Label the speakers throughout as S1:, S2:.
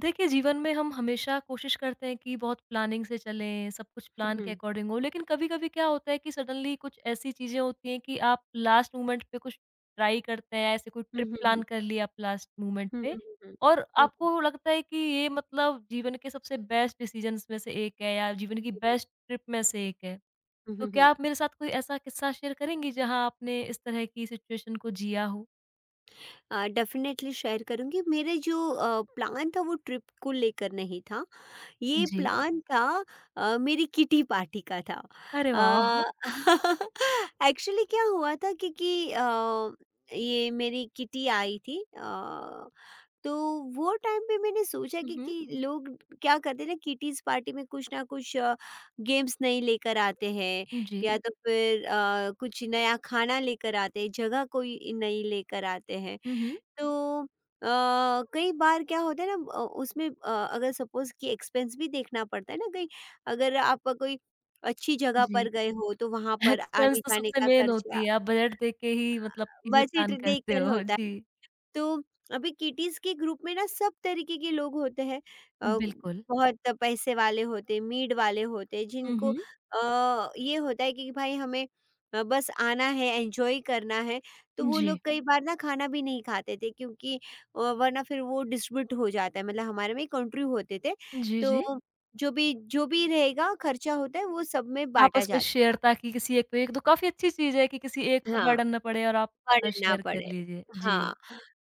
S1: देखिए, जीवन में हम हमेशा कोशिश करते हैं कि बहुत प्लानिंग से चलें, सब कुछ प्लान के
S2: हुँ।
S1: अकॉर्डिंग हो, लेकिन कभी-कभी क्या होता है कि सडनली कुछ ऐसी चीज़ें होती हैं कि आप लास्ट मोमेंट पे कुछ ट्राई करते हैं, ऐसे कोई
S2: हुँ,
S1: ट्रिप
S2: हुँ,
S1: प्लान
S2: हुँ।
S1: कर लिया आप लास्ट मोमेंट
S2: हुँ,
S1: पे
S2: हुँ, हुँ, हुँ।
S1: और
S2: हुँ,
S1: आपको लगता है कि ये मतलब जीवन के सबसे बेस्ट डिसीजंस में से एक है या जीवन की
S2: हुँ, हुँ।
S1: बेस्ट ट्रिप में से एक है।
S2: हुँ,
S1: तो
S2: हुँ,
S1: क्या
S2: हुँ।
S1: आप मेरे साथ कोई ऐसा किस्सा शेयर करेंगी जहाँ आपने इस तरह की सिचुएशन को जिया हो?
S2: डेफ़िनेटली शेयर करूँगी। मेरे जो प्लान था वो ट्रिप को लेकर नहीं था। ये
S1: जी।
S2: प्लान था मेरी किटी पार्टी का था।
S1: अरे वाह!
S2: एक्चुअली क्या हुआ था क्योंकि ये मेरी किटी आई थी तो वो टाइम पे मैंने सोचा
S1: हुँ,
S2: कि
S1: हुँ।
S2: कि लोग क्या करते हैं ना किटीज़ पार्टी में कुछ ना कुछ गेम्स नई लेकर आते हैं
S1: जी।
S2: या तो फिर कुछ नया खाना लेकर आते हैं, जगह कोई नई लेकर आते हैं।
S1: हुँ,
S2: तो अ, कई बार क्या होता है ना उसमें अगर सपोज़ कि एक्सपेंस भी देखना पड़ता है ना कहीं अगर आप कोई अच्छी जगह
S1: हुँ।
S2: पर गए हो तो वहाँ पर
S1: एक्सपेंस तो
S2: आने-जाने
S1: सबसे
S2: का
S1: मेन
S2: खर्चा
S1: होती है, आप बजट देख के ही मतलब चीज़ें
S2: बजट
S1: प्लान करते
S2: देखकर
S1: हो।
S2: होता है।
S1: जी।
S2: तो अभी किटीज़ के ग्रुप में ना सब तरीके के लोग होते हैं, अ,
S1: बिल्कुल।
S2: बहुत पैसे वाले होते हैं, मीड वाले होते हैं,
S1: हुँ,
S2: जिनको
S1: हुँ।
S2: ये होता है कि भाई हमें बस आना है, एन्जॉय करना है, तो वो
S1: जी।
S2: लोग कई बार ना खाना भी नहीं खाते थे क्योंकि वरना फिर वो डिस्ट्रीब्यूट हो जाता है, मतलब हमारे में कंट्री होते थे,
S1: जी, जी।
S2: तो जो भी रहेगा खर्चा होता है, वो सब में
S1: आप
S2: बाँटा
S1: उसमें
S2: जाता
S1: शेयर
S2: था।
S1: ताकि किसी एक पे एक तो काफ़ी अच्छी चीज़ है कि किसी एक पे
S2: हाँ।
S1: बर्डन ना पड़े और आप
S2: पढ़ना
S1: शेयर कर
S2: पड़े।
S1: लीजिए। जी।
S2: हाँ,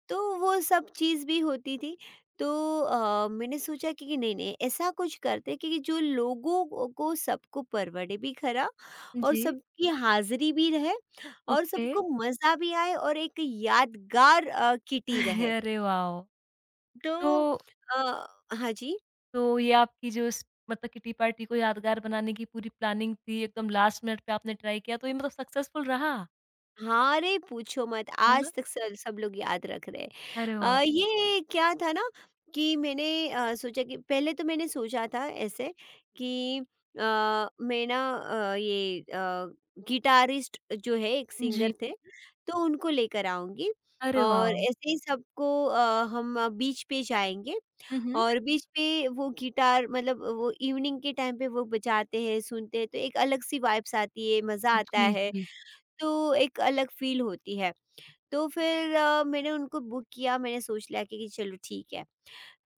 S2: तो वो सब चीज़ भी होती थी। तो मैंने सोचा कि नहीं-नहीं ऐसा कुछ करते कि जो लोगों को सबको परवड़े भी खरा और
S1: जी,
S2: सबकी हाज़िरी भी रहे और
S1: ओके।
S2: सबको मज़ा भी आए और एक यादगार किटी रहे।
S1: अरे वाओ!
S2: तो
S1: तो
S2: अ, हाँ जी?
S1: तो ये आपकी जो स मतलब किटी पार्टी को यादगार बनाने की पूरी प्लानिंग थी, एकदम लास्ट मिनट पे आपने ट्राई किया, तो ये मतलब सक्सेसफुल रहा?
S2: हाँ, अरे पूछो मत
S1: हाँ, हाँ।
S2: आज तक सल सब लोग याद रख रहे हैं।
S1: अरे वाह!
S2: ये क्या था ना कि मैंने सोचा कि पहले तो मैंने सोचा था ऐसे कि मैं ना गिटारिस्ट जो है एक
S1: जी।
S2: सिंगर थे, तो उनको लेकर आऊँगी
S1: अरे
S2: और
S1: वाह!
S2: ऐसे ही सबको बीच पे जाएँगे
S1: हुँ, हुँ।
S2: और बीच पे वो गिटार मतलब वो इवनिंग के टाइम पे वो बजाते हैं, सुनते हैं तो एक अलग-सी वाइब्स आती है, मज़ा आता
S1: जी,
S2: है।
S1: जी।
S2: तो एक अलग फ़ील होती है। तो फिर मैंने उनको बुक किया, मैंने सोच लिया कि चलो ठीक है।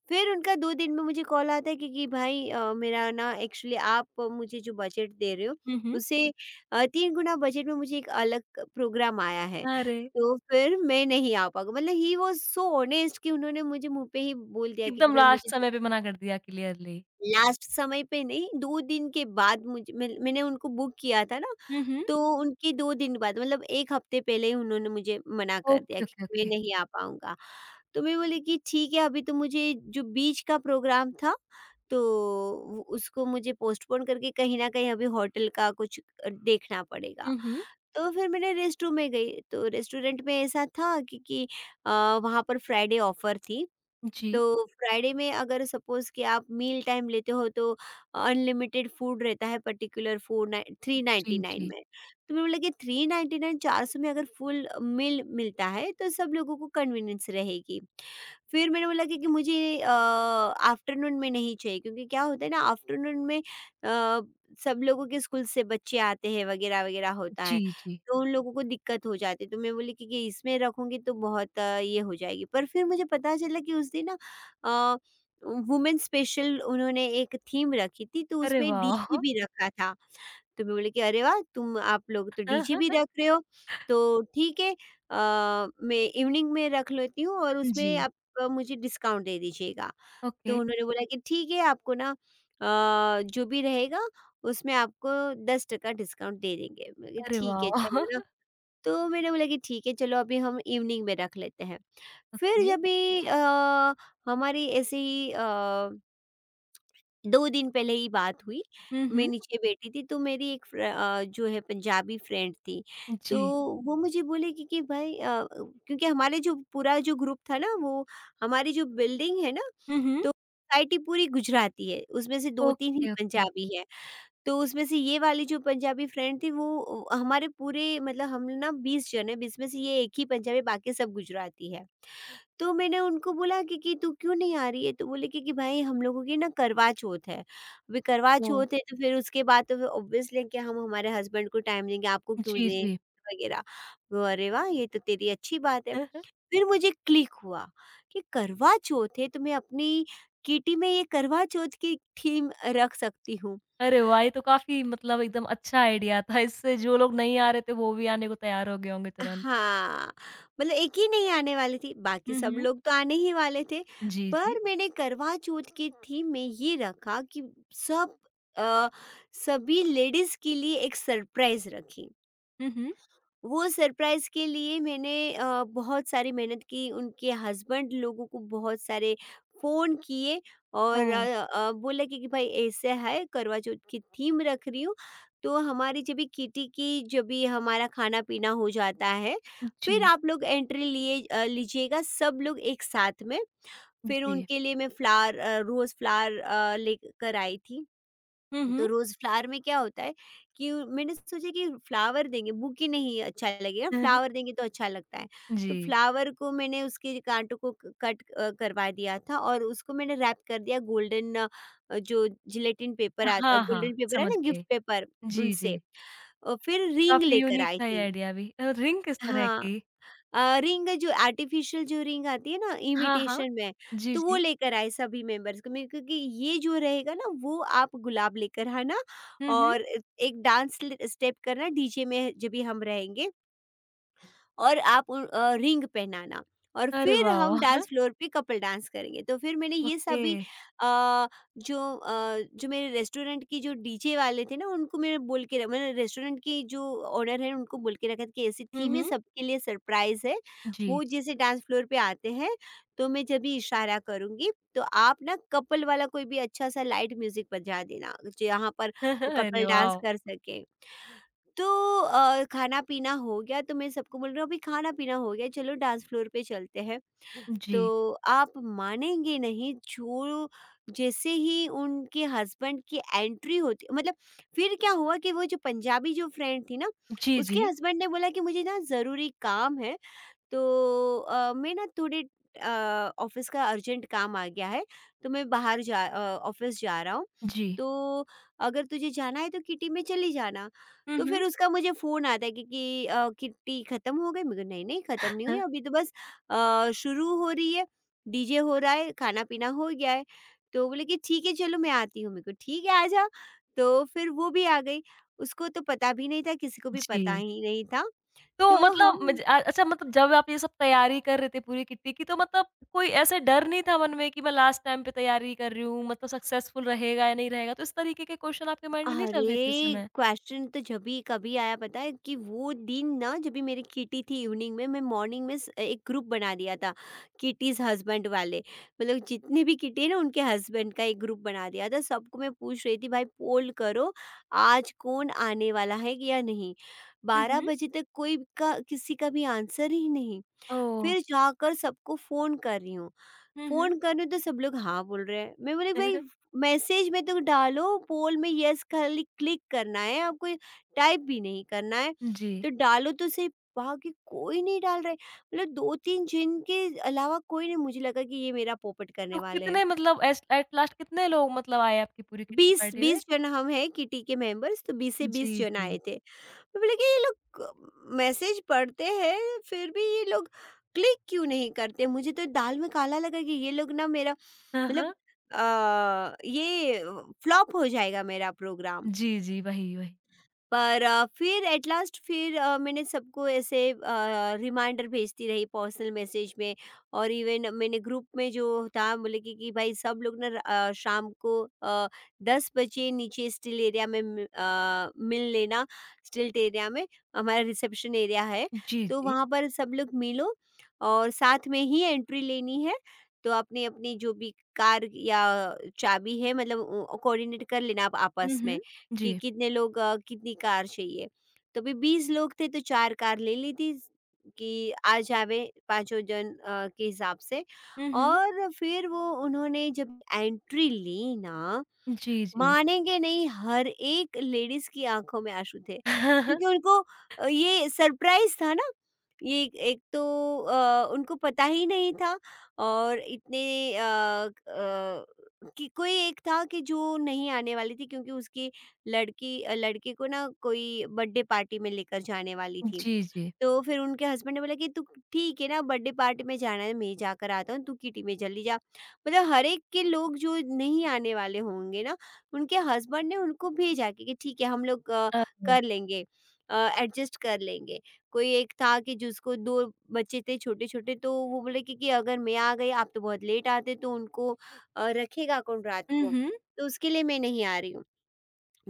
S2: फिर उनका 2 दिन में मुझे कॉल आता है कि भाई मेरा ना एक्चुअली आप मुझे जो बजट दे रहे हो,
S1: हुँ, हुँ।
S2: उससे 3 गुना बजट में मुझे एक अलग प्रोग्राम आया है।
S1: अरे!
S2: तो फिर मैं नहीं आ पाऊँगा। मतलब ही वाज़ सो ऑनेस्ट कि उन्होंने मुझे मुँह पे ही बोल दिया कि
S1: एकदम
S2: भाई
S1: लास्ट
S2: मुझे
S1: समय पे मना कर दिया क्लियरली।
S2: लास्ट समय पे नहीं, 2 दिन के बाद, मुझ मैंने मैंने उनको बुक किया था ना,
S1: हुँ, हुँ।
S2: तो उनके 2 दिन बाद मतलब 1 हफ्ते पहले ही उन्होंने मुझे मना कर दिया
S1: ओके,
S2: कि
S1: ओके,
S2: मैं
S1: ओके।
S2: नहीं आ पाऊँगा। तो मैं बोली कि ठीक है अभी तो मुझे जो बीच का प्रोग्राम था, तो वो उसको मुझे पोस्टपोन करके कहीं न कहीं अभी होटल का कुछ देखना पड़ेगा।
S1: हुँ, हुँ।
S2: तो फिर मैंने रेस्टरू में गई, तो रेस्टोरेंट में ऐसा था कि अ, वहाँ पर फ्राइडे ऑफर थी। तो
S1: जी।
S2: फ्राइडे में अगर सपोज़ कि आप मील टाइम लेते हो तो अनलिमिटेड फूड रहता है पर्टिकुलर 4 नाइन
S1: जी,
S2: 399
S1: जी।
S2: में। तो मैंने बोला कि 399 400 में अगर फुल मील मिलता है तो सब लोगों को कन्वीनियंस रहेगी। फिर मैंने बोला कि मुझे आफ्टरनून में नहीं चाहिए क्योंकि क्या होता है ना आफ्टरनून में सब लोगों के स्कूल से बच्चे आते हैं वगैरह-वगैरह होता
S1: जी,
S2: है।
S1: जी।
S2: तो उन लोगों को दिक्कत हो जाती, तो मैं बोली कि इसमें रखूँगी तो बहुत ये हो जाएगी। पर फिर मुझे पता चला कि उस दिन ना अ, वुमेन स्पेशल उन्होंने एक थीम रखी थी तो
S1: अरे
S2: उसमें
S1: वाह!
S2: डीजे भी रखा था। तो मैं बोली कि अरे वाह! तुम आप लोग तो डीजे भी रख रहे हो, तो ठीक है मैं इवनिंग में रख लेती हूँ और उसमें
S1: जी।
S2: आप मुझे डिस्काउंट दे दीजिएगा।
S1: ओके।
S2: तो उन्होंने बोला कि ठीक है आपको ना जो भी रहेगा उसमें आपको 10% डिस्काउंट दे देंगे। मैंने कहा
S1: अरे
S2: ठीक है चलो
S1: वाह!
S2: ना, तो मैंने बोला कि ठीक है चलो अभी हम इवनिंग में रख लेते हैं। फिर
S1: ओके।
S2: जब भी हमारी ऐसे ही 2 दिन पहले ही बात हुई,
S1: हुँ,
S2: मैं
S1: हुँ।
S2: नीचे बैठी थी तो मेरी एक जो है पंजाबी फ्रेंड थी, तो
S1: जी।
S2: वो मुझे बोलेगी कि भाई क्योंकि हमारे जो पूरा जो ग्रुप था ना वो हमारी जो बिल्डिंग है ना,
S1: हुँ, हुँ।
S2: तो सोसाइटी पूरी गुजराती है, उसमें से 2-3 ही
S1: ओके, ओके।
S2: पंजाबी है। तो उसमें से ये वाली जो पंजाबी फ्रेंड थी वो हमारे पूरे मतलब हम ना 20 जन हैं, 20 में से ये एक ही पंजाबी बाकी सब गुजराती है। तो मैंने उनको बोला कि तू क्यों नहीं आ रही है? तो बोले कि भाई हम लोगों की ना करवा चौथ है। अभी करवा
S1: ओह!
S2: चौथ है तो फिर उसके बाद तो फिर ऑब्वियसली कि हम हमारे हस्बैंड को टाइम देंगे, आपको क्यों
S1: जी,
S2: दें?
S1: जी।
S2: वगैरह। वो, अरे वाह! ये तो तेरी अच्छी बात है। फिर मुझे क्लिक हुआ कि करवा चौथ है तो मैं अपनी किटी में ये करवा चौथ की थीम रख सकती हूँ।
S1: अरे वाह! ये तो काफ़ी मतलब एकदम अच्छा आइडिया था। इससे जो लोग नहीं आ रहे थे वो भी आने को तैयार हो गए होंगे तुरंत।
S2: हाँ, मतलब एक ही नहीं आने वाली थी, बाकी
S1: हुँ,
S2: सब
S1: हुँ।
S2: लोग तो आने ही वाले थे।
S1: जी, जी।
S2: पर मैंने करवा चौथ की थीम में ये रखा कि सब अ, सभी लेडीज़ के लिए एक सरप्राइज़ रखी।
S1: हुँ, हुँ।
S2: वो सरप्राइज़ के लिए मैंने बहुत सारी मेहनत की, उनके हस्बैंड लोगों को बहुत सारे फ़ोन किए और
S1: ओह!
S2: बोला कि भाई ऐसे है करवा चौथ की थीम रख रही हूँ, तो हमारी जब भी किटी की जब भी हमारा खाना-पीना हो जाता है, फिर
S1: जी,
S2: आप लोग एंट्री लीजिएगा सब लोग एक साथ में। फिर
S1: जी।
S2: उनके लिए मैं रोज़ फ्लावर लेकर आई थी। तो
S1: हुँ,
S2: रोज फ्लावर में क्या होता है कि मैंने सोचा कि फ्लावर देंगे, बुके नहीं अच्छा लगेगा,
S1: हुँ।
S2: फ्लावर देंगे तो अच्छा लगता है,
S1: जी।
S2: तो फ्लावर को मैंने उसके कांटों को कट करवा दिया था और उसको मैंने रैप कर दिया गोल्डन जो जिलेटिन पेपर आ
S1: हाँ, हाँ,
S2: गोल्डन पेपर है
S1: समझ
S2: ना,
S1: गई।
S2: गिफ्ट पेपर
S1: जी,
S2: उनसे,
S1: जी।
S2: फिर रिंग
S1: काफ़ी
S2: लेकर
S1: यूनिक
S2: आई
S1: था ये
S2: थी।
S1: आइडिया भी। रिंग किस तरह
S2: हाँ।
S1: की?
S2: रिंग जो आर्टिफ़िशियल जो रिंग आती है ना
S1: हाँ, हाँ।
S2: इमिटेशन में,
S1: जी,
S2: तो वो
S1: जी।
S2: लेकर आए सभी मेंबर्स को में क्योंकि ये जो रहेगा ना वो आप गुलाब लेकर आना
S1: हुँ, हुँ।
S2: और एक डांस ल स्टेप करना डीजे में जब भी हम रहेंगे और आप उन रिंग पहनाना और
S1: अरे
S2: फिर
S1: वाह!
S2: हम डांस फ्लोर पे कपल डांस करेंगे। तो फिर मैंने ये
S1: ओके।
S2: सभी अ, जो मेरे रेस्टोरेंट की जो डीजे वाले थे ना उनको मैंने मैंने रेस्टोरेंट की जो ओनर है उनको बोल के रखा था कि ऐसी
S1: हुँ,
S2: थीम है,
S1: हुँ।
S2: सबके लिए सरप्राइज़ है।
S1: जी।
S2: वो जैसे डांस फ्लोर पे आते हैं तो मैं जब भी इशारा करूँगी तो आप ना कपल वाला कोई भी अच्छा-सा लाइट म्यूज़िक बजा देना, जहाँ पर वो
S1: अरे
S2: कपल डांस
S1: वाह!
S2: कर सकें। तो खाना-पीना हो गया, तो मैं सबको बोल रही हूँ अभी खाना-पीना हो गया चलो डांस फ्लोर पे चलते हैं।
S1: जी।
S2: तो आप मानेंगे नहीं, जो जैसे ही उनके हस्बैंड की एंट्री होती मतलब फिर क्या हुआ कि वो जो पंजाबी जो फ्रेंड थी ना
S1: जी,
S2: उसके
S1: जी।
S2: हस्बैंड ने बोला कि मुझे ना ज़रूरी काम है, तो मैं ना थोड़े ऑफिस का अर्जेंट काम आ गया है, तो मैं ऑफिस जा रहा हूँ,
S1: जी।
S2: तो अगर तुझे जाना है तो किटी में चली जाना।
S1: हुँ,
S2: तो
S1: हुँ।
S2: फिर उसका मुझे फ़ोन आता है कि किटी ख़त्म हो गई। मैं कहा, नहीं नहीं ख़त्म नहीं हुई,
S1: हाँ,
S2: अभी तो बस शुरू हो रही है, डीजे हो रहा है, खाना पीना हो गया है। तो बोले कि ठीक है चलो मैं आती हूँ, मेरे को ठीक है आ जा, तो फिर वो भी आ गई। उसको तो पता भी नहीं था, किसी को भी पता
S1: जी।
S2: ही नहीं था।
S1: तो
S2: तो
S1: मतलब
S2: हम,
S1: अच्छा मतलब जब आप ये सब तैयारी कर रहे थे पूरी किट्टी की तो मतलब कोई ऐसे डर नहीं था मन में कि मैं लास्ट टाइम पे तैयारी कर रही हूँ, मतलब सक्सेसफुल रहेगा या नहीं रहेगा? तो इस तरीके के क्वेश्चन आपके माइंड में नहीं चल रहे थे उस
S2: अरे!
S1: समय?
S2: क्वेश्चन तो जभी कभी आया, पता है कि वो दिन ना जब भी मेरी किटी थी इवनिंग में, मैं मॉर्निंग में स एक ग्रुप बना दिया था, किटीज़ हस्बैंड वाले। मतलब जितनी भी किटी है ना उनके हस्बैंड का एक ग्रुप बना दिया था। सबको मैं पूछ रही थी भाई पोल करो, आज कौन आने वाला है या नहीं?
S1: हुँ,
S2: 12
S1: हुँ।
S2: बजे तक कोई का किसी का भी आंसर ही नहीं।
S1: ओह!
S2: फिर जाकर सबको फ़ोन कर रही हूँ।
S1: हुँ, हुँ।
S2: फ़ोन करूँ तो सब लोग हाँ बोल रहे हैं। मैं बोली भाई मैसेज में तो डालो, पोल में यस खाली क्लिक करना है, आपको टाइप भी नहीं करना है।
S1: जी।
S2: तो डालो तो सही, वहाँ के कोई नहीं डाल रहे। मतलब 2-3 जन के अलावा कोई नहीं, मुझे लगा कि ये मेरा पोपट
S1: तो
S2: करने वाले हैं।
S1: कितने मतलब एस एट लास्ट कितने लोग मतलब आए आपकी पूरी किट्टी
S2: 20
S1: पार्टी में?
S2: 20 जन हम हैं किटी के मेंबर्स, तो 20 से 20
S1: जी,
S2: जन
S1: जी।
S2: आए थे। मैं बोली कि ये लोग मैसेज पढ़ते हैं फिर भी ये लोग क्लिक क्यों नहीं करते, मुझे तो दाल में काला लगा कि ये लोग ना मेरा
S1: हाँ, हाँ।
S2: मतलब ये फ्लॉप हो जाएगा मेरा प्रोग्राम।
S1: जी, जी, वही, वही।
S2: पर फिर एट लास्ट फिर मैंने सबको ऐसे रिमाइंडर भेजती रही पर्सनल मैसेज में, और इवन मैंने ग्रुप में जो था बोले कि भाई सब लोग ना शाम को आ, दस बजे नीचे स्टिल एरिया में मिल लेना। स्टिल एरिया में हमारा रिसेप्शन एरिया है,
S1: जी,
S2: तो
S1: जी।
S2: वहाँ पर सब लोग मिलो और साथ में ही एंट्री लेनी है। तो अपनी अपनी जो भी कार या चाबी है मतलब कोऑर्डिनेट कर लेना आप
S1: हुँ,
S2: आपस
S1: हुँ।
S2: में कि
S1: जी।
S2: कितने लोग कितनी कार चाहिए। तो अभी 20 लोग थे तो चार कार ले ली थी कि आ जावे पांचों जन के हिसाब से।
S1: हुँ, हुँ।
S2: और फिर वो उन्होंने जब एंट्री ली ना,
S1: जी, जी।
S2: मानेंगे नहीं, हर एक लेडीज की आंखों में आंसू थे, क्योंकि उनको ये सरप्राइज था ना, ये एक एक तो उनको पता ही नहीं था। और इतने अ, अ, कि कोई एक था कि जो नहीं आने वाली थी क्योंकि उसकी लड़की लड़के को ना कोई बर्थडे पार्टी में लेकर जाने वाली थी।
S1: जी, जी।
S2: तो फिर उनके हस्बैंड ने बोला कि तू ठीक है ना, बर्थडे पार्टी में जाना है, मैं जाकर आता हूँ, तू किटी में जल्दी जा। मतलब हर एक के लोग जो नहीं आने वाले होंगे ना, उनके हस्बैंड ने उनको भेजा कि ठीक है हम लोग
S1: ओह!
S2: कर लेंगे, एडजस्ट कर लेंगे। कोई एक था कि जिसको दो बच्चे थे छोटे छोटे, तो वो बोले कि अगर मैं आ गई आप तो बहुत लेट आते तो उनको रखेगा कौन रात
S1: हुँ,
S2: को,
S1: हुँ।
S2: तो उसके लिए मैं नहीं आ रही हूँ।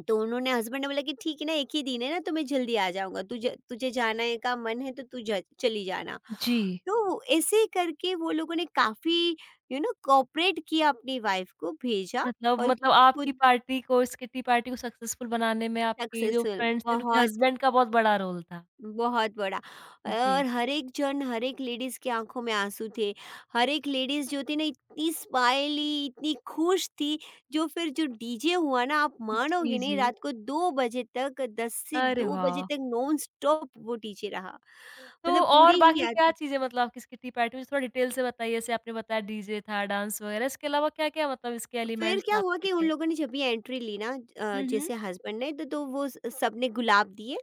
S2: तो उन्होंने हस्बैंड ने बोला कि ठीक है ना, एक ही दिन है ना, तो मैं जल्दी आ जाऊंगा, तुझे तुझे जाना है का मन है तो तू चली जाना।
S1: जी।
S2: तो ऐसे करके वो लोगों ने काफी यू नो कॉपरेट किया, अपनी वाइफ को भेजा
S1: मतलब
S2: और
S1: मतलब आपकी
S2: खुद
S1: पार्टी को इस किट्टी पार्टी को सक्सेसफुल बनाने में आपके जो
S2: सक्सेसफुल
S1: फ्रेंड्स थे उनके
S2: बहुत
S1: हस्बैंड का बहुत बड़ा रोल था।
S2: बहुत बड़ा।
S1: जी।
S2: और हर एक जन हर एक लेडीज़ की आँखों में आँसू थे। हर एक लेडीज़ जो थी ना इतनी स्माइली, इतनी खुश थी। जो फिर जो डीजे हुआ ना, आप
S1: जी,
S2: मानोगे नहीं,
S1: जी।
S2: रात को 2 बजे तक, 10 से
S1: अरे
S2: 2 बजे
S1: वाह!
S2: तक नॉन स्टॉप वो डीजे रहा।
S1: तो
S2: मतलब
S1: और
S2: पूरी ही
S1: बाकी क्या
S2: याद।
S1: चीज़ें मतलब आपकी किटी पार्टी में थोड़ा डिटेल से बताइए? जैसे आपने बताया डीजे था, डांस वगैरह, इसके अलावा क्या-क्या मतलब इसके
S2: फिर
S1: एलिमेंट्स
S2: क्या हुआ
S1: आपके
S2: कि उन
S1: थे?
S2: लोगों ने जब भी एंट्री ली ना
S1: हुँ, हुँ।
S2: जैसे हस्बैंड ने तो वो स सबने गुलाब दिए।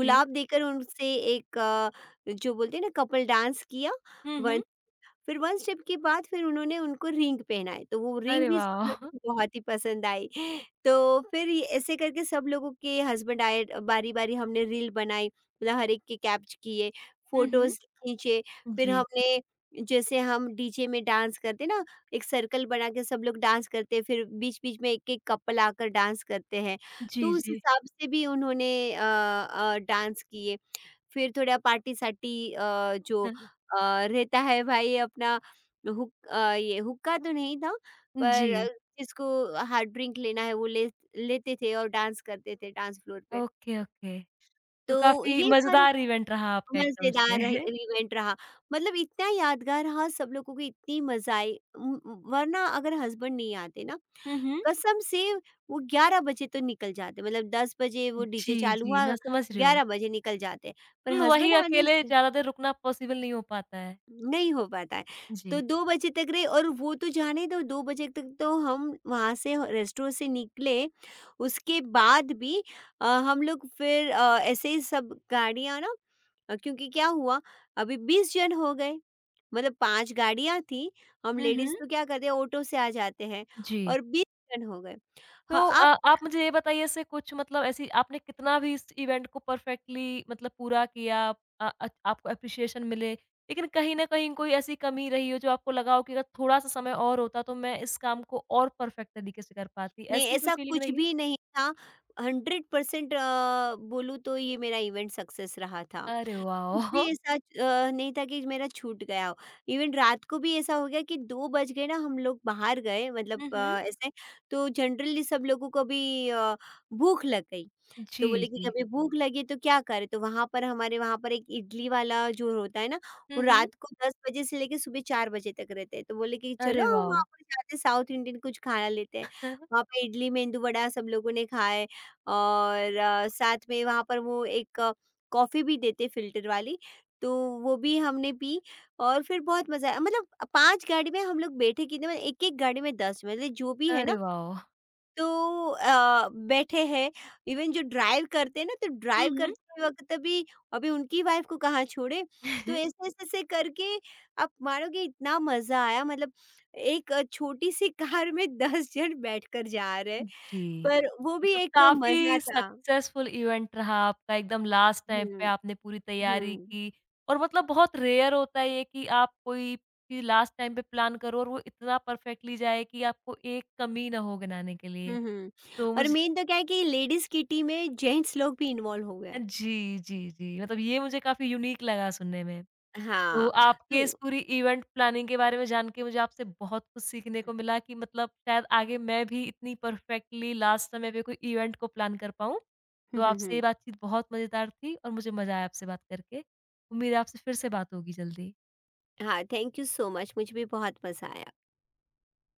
S1: जी।
S2: देकर उनसे एक जो बोलते हैं ना कपल डांस किया।
S1: हुँ,
S2: वन
S1: हुँ।
S2: फिर 1 स्टेप के बाद फिर उन्होंने उनको रिंग पहनाए, तो वो रिंग
S1: अरे
S2: भी सब लोगों
S1: वाह!
S2: को बहुत ही पसंद आई। तो फिर ये ऐसे करके सब लोगों के हस्बैंड आए, बारी-बारी हमने रील बनाई, मतलब हर एक के कैप्च किए,
S1: हुँ, हुँ।
S2: फ़ोटोज़ खींचे। फिर
S1: जी।
S2: हमने जैसे हम डीजे में डांस करते ना, एक सर्कल बना के सब लोग डांस करते हैं, फिर बीच-बीच में एक-एक कपल आकर डांस करते हैं। तो
S1: जी,
S2: उस
S1: जी।
S2: हिसाब से भी उन्होंने डांस किए। फिर थोड्या पार्टीसाठी जो
S1: हाँ।
S2: रहता है भाई अपना ये हुक्का तो नहीं था,
S1: जी।
S2: पर जिसको हार्ड ड्रिंक लेना है वो ले लेते थे और डांस करते थे डांस फ्लोर पे।
S1: Okay, okay. तो
S2: तो
S1: काफ़ी
S2: ये सारे
S1: मज़ेदार इवेंट रहा आपका एकदम से।
S2: मज़ेदार रहे, इवेंट रहा। मतलब इतना यादगार रहा, सब लोगों को इतनी मज़ा आई। वरना अगर हस्बैंड नहीं आते ना,
S1: हुँ, हुँ।
S2: कसम से वो 11 बजे तो निकल जाते, मतलब 10 बजे वो डीजे
S1: जी,
S2: चालू
S1: जी,
S2: हुआ,
S1: मैं समझ रही हूँ।
S2: 11 बजे निकल जाते। पर
S1: हुँ, वही
S2: हस्बैंड आने
S1: अकेले
S2: से
S1: ज़्यादा देर रुकना पॉसिबल नहीं हो पाता है।
S2: नहीं हो पाता है। तो
S1: जी।
S2: 2 बजे तक रहे, और वो तो जाने दो, 2 बजे तक तो हम वहाँ से रेस्टोरेंट से निकले, उसके बाद भी हम लोग फिर ऐसे ही सब गाड़ियाँ ना क्योंकि क्या हुआ, अभी 20 जन हो गए, मतलब 5 गाड़ियाँ थी, हम
S1: हुँ, हुँ।
S2: लेडीज़ तो क्या करते हैं ऑटो से आ जाते हैं,
S1: जी।
S2: और 20 जन हो गए। हाँ,
S1: तो आप
S2: आपने
S1: मुझे ये बताइए ऐसे कुछ मतलब ऐसी आपने कितना भी इस इवेंट को परफेक्टली मतलब पूरा किया आपको एप्रिसिएशन मिले, लेकिन कहीं न कहीं कोई ऐसी कमी रही हो जो आपको लगा हो कि अगर थोड़ा-सा समय और होता तो मैं इस काम को और परफेक्ट तरीके से कर पाती, ऐसी कोई
S2: ऐसा
S1: फीलिंग
S2: कुछ
S1: रही है?
S2: भी नहीं था, 100% बोलूँ तो ये मेरा इवेंट सक्सेस रहा था।
S1: अरे
S2: कुछ
S1: वाह!
S2: भी ऐसा नहीं था कि मेरा छूट गया हो। इवन रात को भी ऐसा हो गया कि 2 बज गए ना, हम लोग बाहर गए मतलब
S1: हुँ, हुँ।
S2: ऐसे, तो जनरली सब लोगों को भी अ, भूख लग गई।
S1: जी,
S2: तो बोले कि
S1: जी।
S2: कभी भूख लगे तो क्या करें? तो वहाँ पर हमारे वहाँ पर एक इडली वाला जो होता है ना, वो
S1: हुँ, हुँ।
S2: रात को 10 बजे से लेके सुबह 4 बजे तक रहते हैं। तो बोले कि चलो
S1: अरे
S2: हम
S1: वाह!
S2: वहाँ पर जाते हैं साउथ इंडियन कुछ खाना लेते हैं। वहाँ पे इडली, मेंदू वड़ा सब लोगों ने खाए, और साथ में वहाँ पर वो एक कॉफ़ी भी देते फ़िल्टर वाली, तो वो भी हमने पी और फिर बहुत मज़ा आया। मतलब 5 गाड़ी में हम लोग बैठे, कितने मतलब एक-एक गाड़ी में 10, मतलब जो भी है
S1: अरे
S2: ना,
S1: वाह!
S2: तो बैठे हैं, इवन जो ड्राइव करते हैं ना, तो
S1: हुँ,
S2: ड्राइव
S1: हुँ।
S2: करते वक़्त भी अभी उनकी वाइफ़ को कहाँ छोड़े, तो ऐसे-ऐसे करके आप मानोगे इतना मज़ा आया, मतलब एक छोटी-सी कार में 10 जन बैठकर जा रहे हैं,
S1: जी।
S2: पर वो भी
S1: मतलब
S2: एक मज़ा
S1: काफ़ी
S2: था।
S1: सक्सेसफुल इवेंट रहा आपका एकदम लास्ट टाइम पे
S2: हुँ,
S1: आपने पूरी तैयारी
S2: हुँ।
S1: की और मतलब बहुत रेयर होता है ये कि आप कोई भी लास्ट टाइम पे प्लान करो और वो इतना परफेक्टली जाए कि आपको एक कमी ना हो बनाने के
S2: हुँ,
S1: लिए।
S2: हुँ।
S1: तो
S2: और
S1: मुझे
S2: मेन तो क्या है कि लेडीज़ की टीम में जेंट्स लोग भी इन्वॉल्व हो गए।
S1: जी, जी, जी। मतलब ये मुझे काफ़ी यूनिक लगा सुनने में। तो
S2: हाँ,
S1: आपके इस
S2: तो
S1: पूरी इवेंट प्लानिंग के बारे में जान के मुझे आपसे बहुत कुछ सीखने को मिला कि मतलब शायद आगे मैं भी इतनी परफेक्टली लास्ट समय पे कोई इवेंट को प्लान कर पाऊँ। तो
S2: हुँ, हुँ,
S1: आपसे ये
S2: हुँ।
S1: बातचीत बहुत मज़ेदार थी और मुझे मज़ा आया आपसे बात करके। उम्मीद है आपसे फिर से बात होगी जल्दी।
S2: हाँ, थैंक यू सो मच, मुझे भी बहुत मज़ा आया।